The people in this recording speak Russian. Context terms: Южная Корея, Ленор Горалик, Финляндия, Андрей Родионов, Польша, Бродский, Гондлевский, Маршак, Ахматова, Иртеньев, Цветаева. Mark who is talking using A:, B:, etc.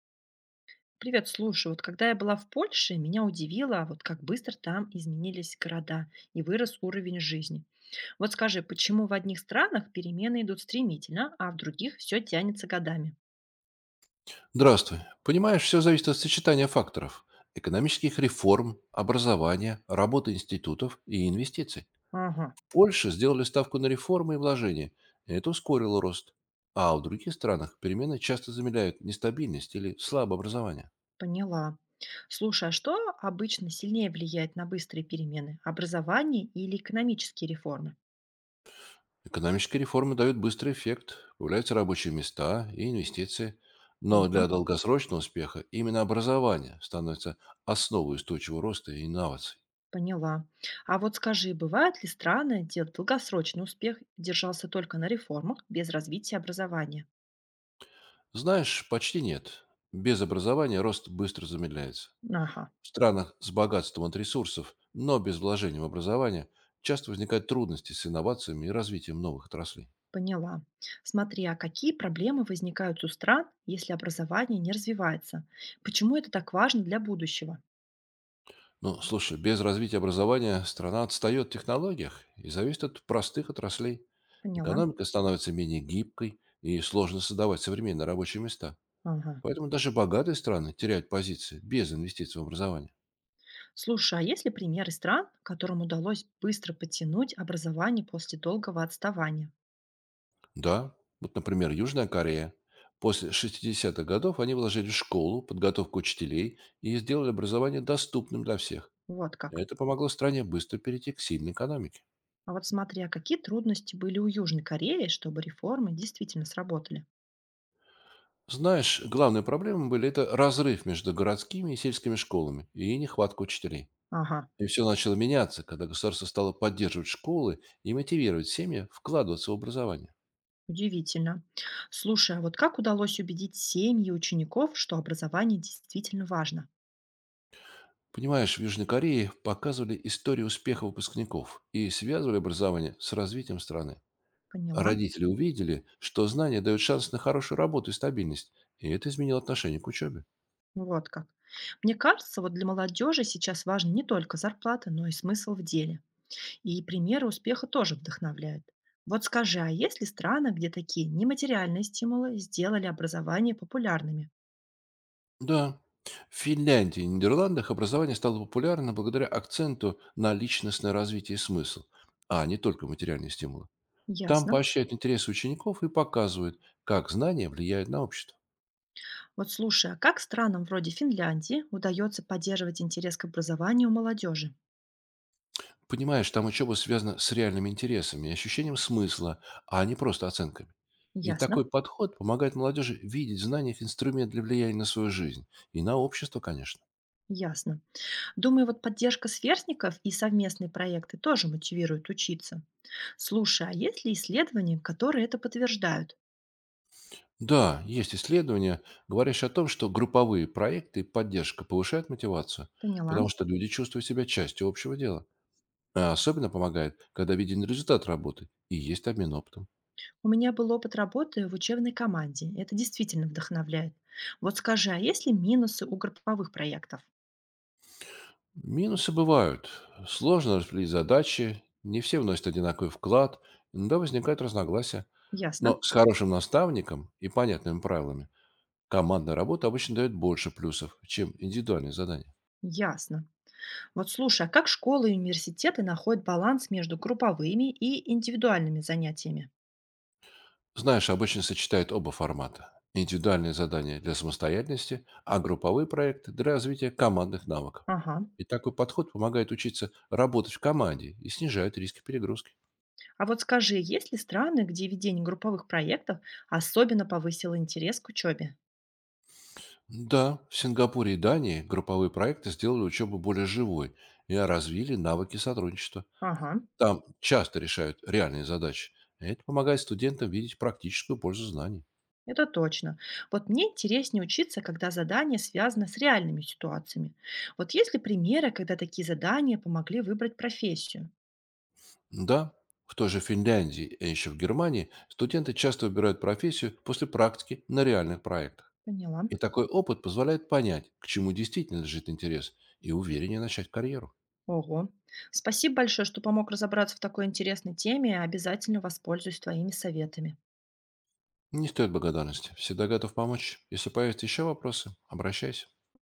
A: Привет, слушай, вот когда я была в Польше, меня удивило, вот как быстро там изменились города и вырос уровень жизни. Вот скажи, почему в одних странах перемены идут стремительно, а в других все тянется годами?
B: Здравствуй. Понимаешь, все зависит от сочетания факторов. Экономических реформ, образования, работы институтов и инвестиций.
A: Ага,
B: В Польше сделали ставку на реформы и вложения. И это ускорило рост. А в других странах перемены часто замедляют нестабильность или слабое образование.
A: поняла. Слушай, а что обычно сильнее влияет на быстрые перемены? Образование или экономические реформы?
B: Экономические реформы дают быстрый эффект, появляются рабочие места и инвестиции. Но для
A: Ого,
B: долгосрочного успеха именно образование становится основой устойчивого роста и инноваций.
A: поняла. А вот скажи, бывают ли страны, где долгосрочный успех держался только на реформах без развития образования?
B: Знаешь, почти нет. Без образования рост быстро замедляется.
A: Ага.
B: В странах с богатством от ресурсов, но без вложения в образование, часто возникают трудности с инновациями и развитием новых отраслей.
A: Поняла. Смотри, а какие проблемы возникают у стран, если образование не развивается? Почему это так важно для будущего?
B: Ну, слушай, без развития образования страна отстает в технологиях и зависит от простых отраслей.
A: Поняла.
B: Экономика становится менее гибкой и сложно создавать современные рабочие места.
A: Ага.
B: Поэтому даже богатые страны теряют позиции без инвестиций в образование.
A: Слушай, а есть ли примеры стран, которым удалось быстро подтянуть образование после долгого отставания?
B: Да, вот, например, Южная Корея. После шестидесятых годов они вложили в школу, подготовку учителей и сделали образование доступным для всех.
A: Вот как.
B: Это помогло стране быстро перейти к сильной экономике.
A: А вот смотри, а какие трудности были у Южной Кореи, чтобы реформы действительно сработали?
B: Знаешь, главные проблемы были это разрыв между городскими и сельскими школами и нехватка учителей.
A: Ага,
B: И все начало меняться, когда государство стало поддерживать школы и мотивировать семьи вкладываться в образование.
A: удивительно. Слушай, а вот как удалось убедить семьи учеников, что образование действительно важно?
B: Понимаешь, в Южной Корее показывали историю успеха выпускников и связывали образование с развитием страны.
A: Поняла.
B: Родители увидели, что знания дают шанс на хорошую работу и стабильность, и это изменило отношение к учебе.
A: Ну, вот как. Мне кажется, вот для молодежи сейчас важна не только зарплата, но и смысл в деле. И примеры успеха тоже вдохновляют. Вот скажи, а есть ли страны, где такие нематериальные стимулы сделали образование популярными?
B: Да, в Финляндии и Нидерландах образование стало популярно благодаря акценту на личностное развитие и смысл, а не только материальные стимулы. Там
A: Ясно.
B: поощряют интересы учеников и показывают, как знания влияют на общество.
A: Вот слушай, а как странам вроде Финляндии удается поддерживать интерес к образованию у молодежи?
B: Понимаешь, там учеба связана с реальными интересами и ощущением смысла, а не просто оценками. И
A: Ясно.
B: такой подход помогает молодежи видеть в знаниях инструмент для влияния на свою жизнь и на общество, конечно.
A: Ясно. Думаю, вот поддержка сверстников и совместные проекты тоже мотивируют учиться. Слушай, а есть ли исследования, которые это подтверждают?
B: Да, есть исследования, говорящие о том, что групповые проекты и поддержка повышают мотивацию,
A: Поняла.
B: потому что люди чувствуют себя частью общего дела. А особенно помогает, когда виден результат работы и есть обмен опытом.
A: У меня был опыт работы в учебной команде. Это действительно вдохновляет. Вот скажи, а есть ли минусы у групповых проектов?
B: Минусы бывают. Сложно распределить задачи, не все вносят одинаковый вклад, иногда возникают разногласия.
A: Ясно.
B: Но с хорошим наставником и понятными правилами командная работа обычно дает больше плюсов, чем индивидуальные задания.
A: Ясно. Вот слушай, а как школы и университеты находят баланс между групповыми и индивидуальными занятиями?
B: Знаешь, обычно сочетают оба формата. Индивидуальные задания для самостоятельности, а групповые проекты для развития командных навыков.
A: Ага.
B: И такой подход помогает учиться работать в команде и снижает риски перегрузки.
A: А вот скажи, есть ли страны, где ведение групповых проектов особенно повысило интерес к учебе?
B: Да, в Сингапуре и Дании групповые проекты сделали учебу более живой и развили навыки сотрудничества.
A: Ага.
B: Там часто решают реальные задачи. Это помогает студентам видеть практическую пользу знаний.
A: Это точно. Вот мне интереснее учиться, когда задание связано с реальными ситуациями. Вот есть ли примеры, когда такие задания помогли выбрать профессию?
B: Да, в той же Финляндии, и еще в Германии, студенты часто выбирают профессию после практики на реальных проектах.
A: Поняла.
B: И такой опыт позволяет понять, к чему действительно лежит интерес, и увереннее начать карьеру.
A: Ого. Спасибо большое, что помог разобраться в такой интересной теме. Обязательно воспользуюсь твоими советами.
B: Не стоит благодарности. Всегда готов помочь. Если появятся еще вопросы, обращайся.